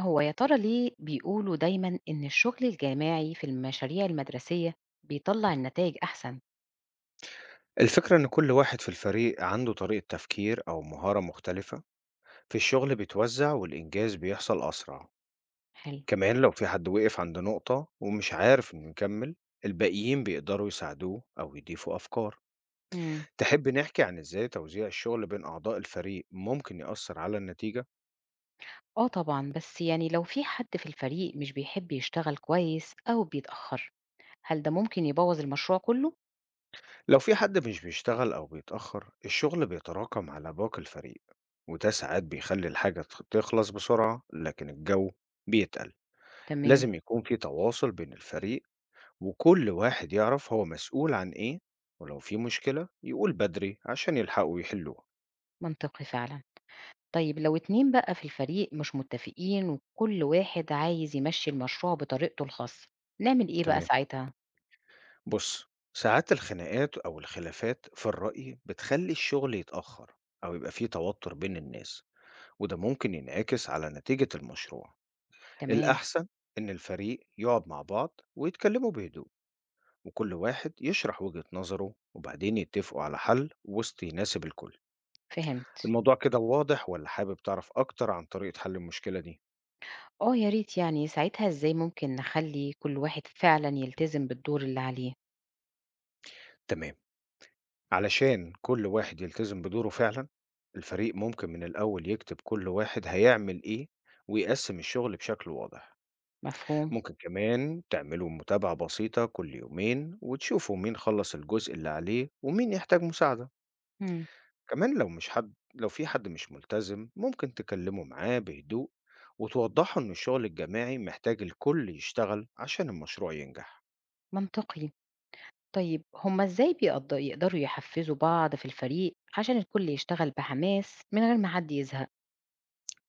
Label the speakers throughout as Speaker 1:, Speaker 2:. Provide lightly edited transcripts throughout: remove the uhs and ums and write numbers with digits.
Speaker 1: هو يا ترى ليه بيقولوا دايما إن الشغل الجماعي في المشاريع المدرسية بيطلع النتائج أحسن؟
Speaker 2: الفكرة إن كل واحد في الفريق عنده طريقة تفكير أو مهارة مختلفة. في الشغل بيتوزع والإنجاز بيحصل أسرع.
Speaker 1: حلو.
Speaker 2: كمان لو في حد وقف عند نقطة ومش عارف إنه يكمل، الباقيين بيقدروا يساعدوه أو يضيفوا أفكار.
Speaker 1: مم.
Speaker 2: تحب نحكي عن إزاي توزيع الشغل بين أعضاء الفريق ممكن يأثر على النتيجة؟
Speaker 1: آه طبعا، بس يعني لو في حد في الفريق مش بيحب يشتغل كويس أو بيتأخر، هل ده ممكن يبوظ المشروع كله؟
Speaker 2: لو في حد مش بيشتغل أو بيتأخر، الشغل بيتراكم على باقي الفريق، وده ساعات بيخلي الحاجة تخلص بسرعة، لكن الجو بيتقل.
Speaker 1: تمام.
Speaker 2: لازم يكون في تواصل بين الفريق، وكل واحد يعرف هو مسؤول عن إيه، ولو في مشكلة يقول بدري عشان يلحقوا يحلوها.
Speaker 1: منطقي فعلا. طيب لو اتنين بقى في الفريق مش متفقين وكل واحد عايز يمشي المشروع بطريقته الخاصة، نعمل إيه بقى
Speaker 2: تمام.
Speaker 1: ساعتها؟
Speaker 2: بص، ساعات الخناقات أو الخلافات في الرأي بتخلي الشغل يتأخر، أو يبقى فيه توتر بين الناس، وده ممكن ينعكس على نتيجة المشروع.
Speaker 1: تمام.
Speaker 2: الأحسن إن الفريق يقعد مع بعض ويتكلموا بهدوء، وكل واحد يشرح وجهة نظره وبعدين يتفقوا على حل وسط يناسب الكل.
Speaker 1: فهمت.
Speaker 2: الموضوع كده واضح ولا حابب تعرف أكتر عن طريقة حل المشكلة دي؟
Speaker 1: آه يا ريت. يعني ساعتها إزاي ممكن نخلّي كل واحد فعلًا يلتزم بالدور اللي عليه،
Speaker 2: تمام. علشان كل واحد يلتزم بدوره فعلًا، الفريق ممكن من الأول يكتب كل واحد هيعمل إيه، ويقسّم الشغل بشكل واضح.
Speaker 1: مفهوم؟
Speaker 2: ممكن كمان تعملوا متابعة بسيطة كل يومين، وتشوفوا مين خلّص الجزء اللي عليه، ومين يحتاج مساعدة.
Speaker 1: إمم.
Speaker 2: كمان لو في حد مش ملتزم، ممكن تكلموا معاه بهدوء، وتوضحوا إن الشغل الجماعي محتاج الكل يشتغل عشان المشروع ينجح.
Speaker 1: منطقي. طيب هُم إزاي يقدروا يحفّزوا بعض في الفريق عشان الكل يشتغل بحماس من غير ما حد يزهق؟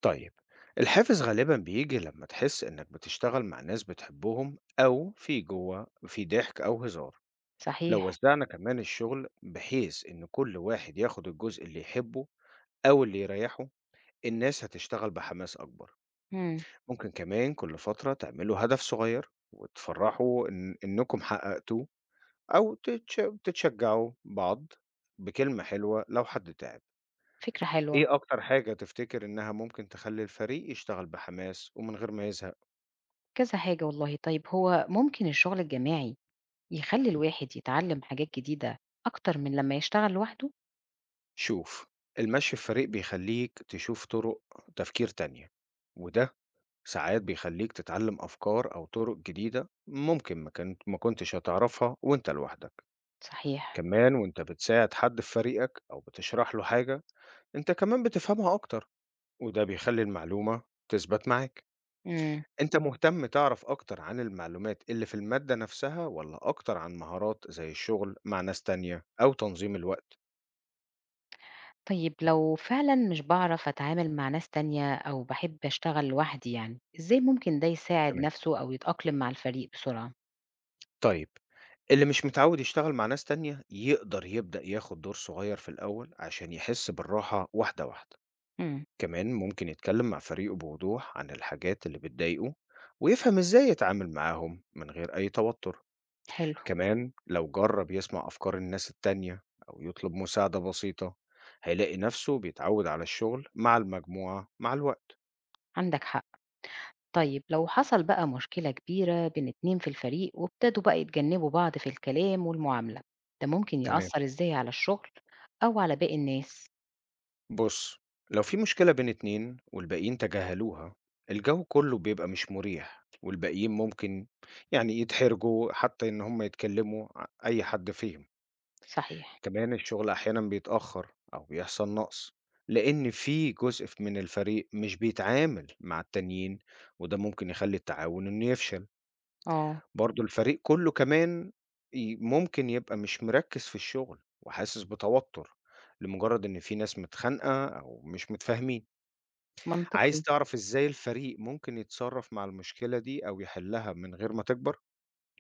Speaker 2: طيب، الحافز غالبا بيجي لما تحس انك بتشتغل مع ناس بتحبهم، او في جوه في ضحك او هزار. لو
Speaker 1: صحيح.
Speaker 2: وزعنا كمان الشغل بحيث ان كل واحد ياخد الجزء اللي يحبه او اللي يريحه، الناس هتشتغل بحماس اكبر.
Speaker 1: إمم.
Speaker 2: ممكن كمان كل فترة تعملوا هدف صغير وتفرحوا إن انكم حققتوه، او تتشجعوا بعض بكلمة حلوة لو حد تعب.
Speaker 1: فكرة حلوة.
Speaker 2: ايه اكتر حاجة تفتكر انها ممكن تخلي الفريق يشتغل بحماس ومن غير ما يزهق؟
Speaker 1: كذا حاجة والله. طيب هو ممكن الشغل الجماعي يخلّي الواحد يتعلّم حاجات جديدة أكتر من لمّا يشتغل لوحده؟
Speaker 2: شوف، المشي في فريق بيخليك تشوف طرق تفكير تانية، وده ساعات بيخليك تتعلم أفكار أو طرق جديدة ممكن ما كنتش هتعرفها وانت لوحدك.
Speaker 1: صحيح.
Speaker 2: كمان وانت بتساعد حد في فريقك أو بتشرح له حاجة، انت كمان بتفهمها أكتر، وده بيخلي المعلومة تثبت معاك.
Speaker 1: إمم.
Speaker 2: انت مهتم تعرف أكتر عن المعلومات اللي في المادة نفسها ولا أكتر عن مهارات زي الشغل مع ناس تانية أو تنظيم الوقت؟
Speaker 1: طيب لو فعلًا مش باعرف أتعامل مع ناس تانية أو باحب أشتغل لوحدي يعني، إزاي ممكن ده يساعد نَفْسه أو يتأقلم مع الفريق بسرعة؟
Speaker 2: طيب، اللي مش متعوّد يشتغل مع ناس تانية، يقدر يبدأ ياخد دور صغير في الأول عشان يحس بالراحة واحدة، واحدة.
Speaker 1: إمم.
Speaker 2: كمان ممكن يتكلم مع فريقه بوضوح عن الحاجات اللي بتضايقه، ويفهم إزاي يتعامل معاهم من غير أي توتر.
Speaker 1: حلو.
Speaker 2: كمان لو جرّب يسمع أفكار الناس التانية أو يطلب مساعدة بسيطة، هيلاقي نفسه بيتعوّد على الشغل مع المجموعة مع الوقت.
Speaker 1: عندك حق. طيب لو حصل بقى مشكلة كبيرة بين 2 في الفريق وابتدوا بقى يتجنبوا بعض في الكلام والمعاملة، ده ممكن
Speaker 2: تمام.
Speaker 1: يأثّر إزاي على الشغل أو على باقي الناس؟
Speaker 2: بص، لو في مشكلة بين اتنين والباقيين تجاهلوها، الجو كله بيبقى مش مريح، والباقيين ممكن يعني يتحرجوا حتى إن هم يتكلموا أي حد فيهم.
Speaker 1: صحيح.
Speaker 2: كمان الشغل أحيانا بيتأخر أو بيحصل نقص، لأن في جزء من الفريق مش بيتعامل مع التانيين، وده ممكن يخلي التعاون إنه يفشل.
Speaker 1: آه.
Speaker 2: برضو الفريق كله كمان ممكن يبقى مش مركز في الشغل وحاسس بتوتر، لمجرد إن في ناس متخانقة أو مش متفاهمين. عايز
Speaker 1: منطقي.
Speaker 2: تعرف إزاي الفريق ممكن يتصرّف مع المشكلة دي أو يحلّها من غير ما تكبر؟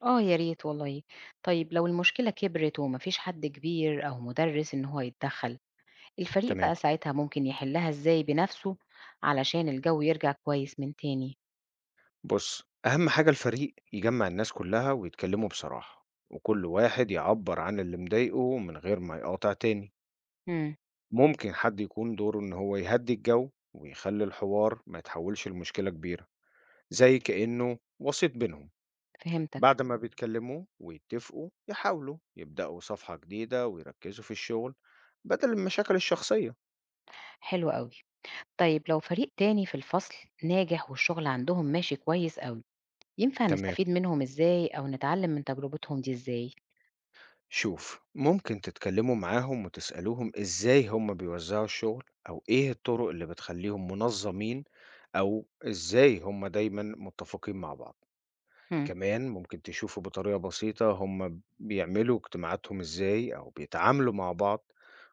Speaker 1: آه، يا ريت والله. طيب لو المشكلة كبرت وما فيش حد كبير أو مُدرِّس إن هو يتدخّل، الفريق
Speaker 2: تمام،
Speaker 1: بقى ساعتها ممكن يحلها إزاي بنفسه علشان الجو يرجع كويس من تاني؟
Speaker 2: بُص، أهم حاجة الفريق يجمّع الناس كلّها ويتكلّموا بصراحة، وكل واحد يعبّر عن اللي مضايقه من غير ما يقاطع تاني.
Speaker 1: امم.
Speaker 2: ممكن حد يكون دوره إن هو يهدّي الجَو ويخلّي الحوار ما يتحوّلش لمشكلة كبيرة، زي كإنه وسيط بينهم.
Speaker 1: فهمتك.
Speaker 2: بعد ما بيتكلّموا ويتّفقوا، يحاولوا يبدأوا صفحة جديدة ويركّزوا في الشغل بدل المشاكل الشخصية.
Speaker 1: حلو قوي. طيب لو فريق تاني في الفصل ناجح والشغل عندهم ماشي كويس قوي، ينفع
Speaker 2: تمام.
Speaker 1: نستفيد منهم إزاي أو نتعلم من تجربتهم دي إزاي؟
Speaker 2: شوف، ممكن تتكلموا معاهم وتسألوهم إزاي هم بيوزعوا الشغل، أو إيه الطرق اللي بتخليهم منظمين، أو إزاي هم دايما متفقين مع بعض.
Speaker 1: امم.
Speaker 2: كمان ممكن تشوفوا بطريقة بسيطة هم بيعملوا اجتماعاتهم إزاي أو بيتعاملوا مع بعض،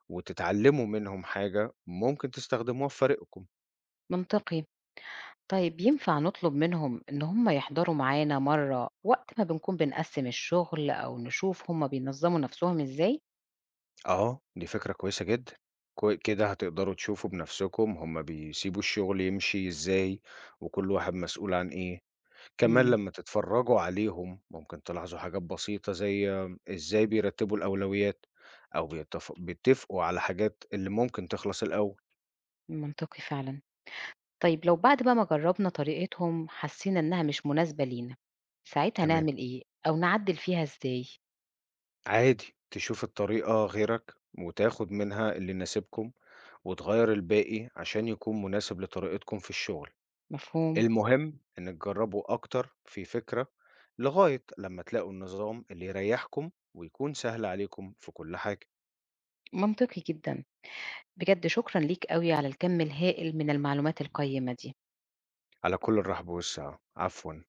Speaker 2: وتتعلموا منهم حاجة ممكن تستخدموها في فريقكم.
Speaker 1: منطقي. طيب ينفع نطلب منهم إن هم يحضروا معانا مرة وقت ما بنكون بنقسم الشغل، أو نشوف هم بينظموا نفسهم إزاي؟
Speaker 2: آه دي فكرة كويسة جدا. كده هتقدروا تشوفوا بنفسكم هم بيسيبوا الشغل يمشي إزاي، وكل واحد مسؤول عن إيه. كمان
Speaker 1: امم.
Speaker 2: لمّا تتفرّجوا عليهم ممكن تلاحظوا حاجات بسيطة زي إزاي بيرتّبوا الأولويات، أو بيتّفقوا على حاجات اللي ممكن تخلص الأول.
Speaker 1: منطقي فعلا. طيب لو بعد بقى ما جرّبنا طريقتهم حسّينا إنها مش مناسبة لينا، ساعتها
Speaker 2: تمام،
Speaker 1: نعمل إيه أو نعدّل فيها إزاي؟
Speaker 2: عادي تشوف الطريقة غيرك وتاخُد منها اللي يناسبكم، وتغيّر الباقي عشان يكون مناسب لطريقتكم في الشغل.
Speaker 1: مفهوم.
Speaker 2: المهم إن تجرّبوا أكتر في فكرة لغاية لمّا تلاقوا النظام اللي يريّحكم ويكون سهل عليكم في كل حاجة.
Speaker 1: منطقي جدًا. بجد شكرًا ليك أوي على الكَم الهائل من المعلومات القيّمة دي.
Speaker 2: على كل الرحب والسعة، عفوًا.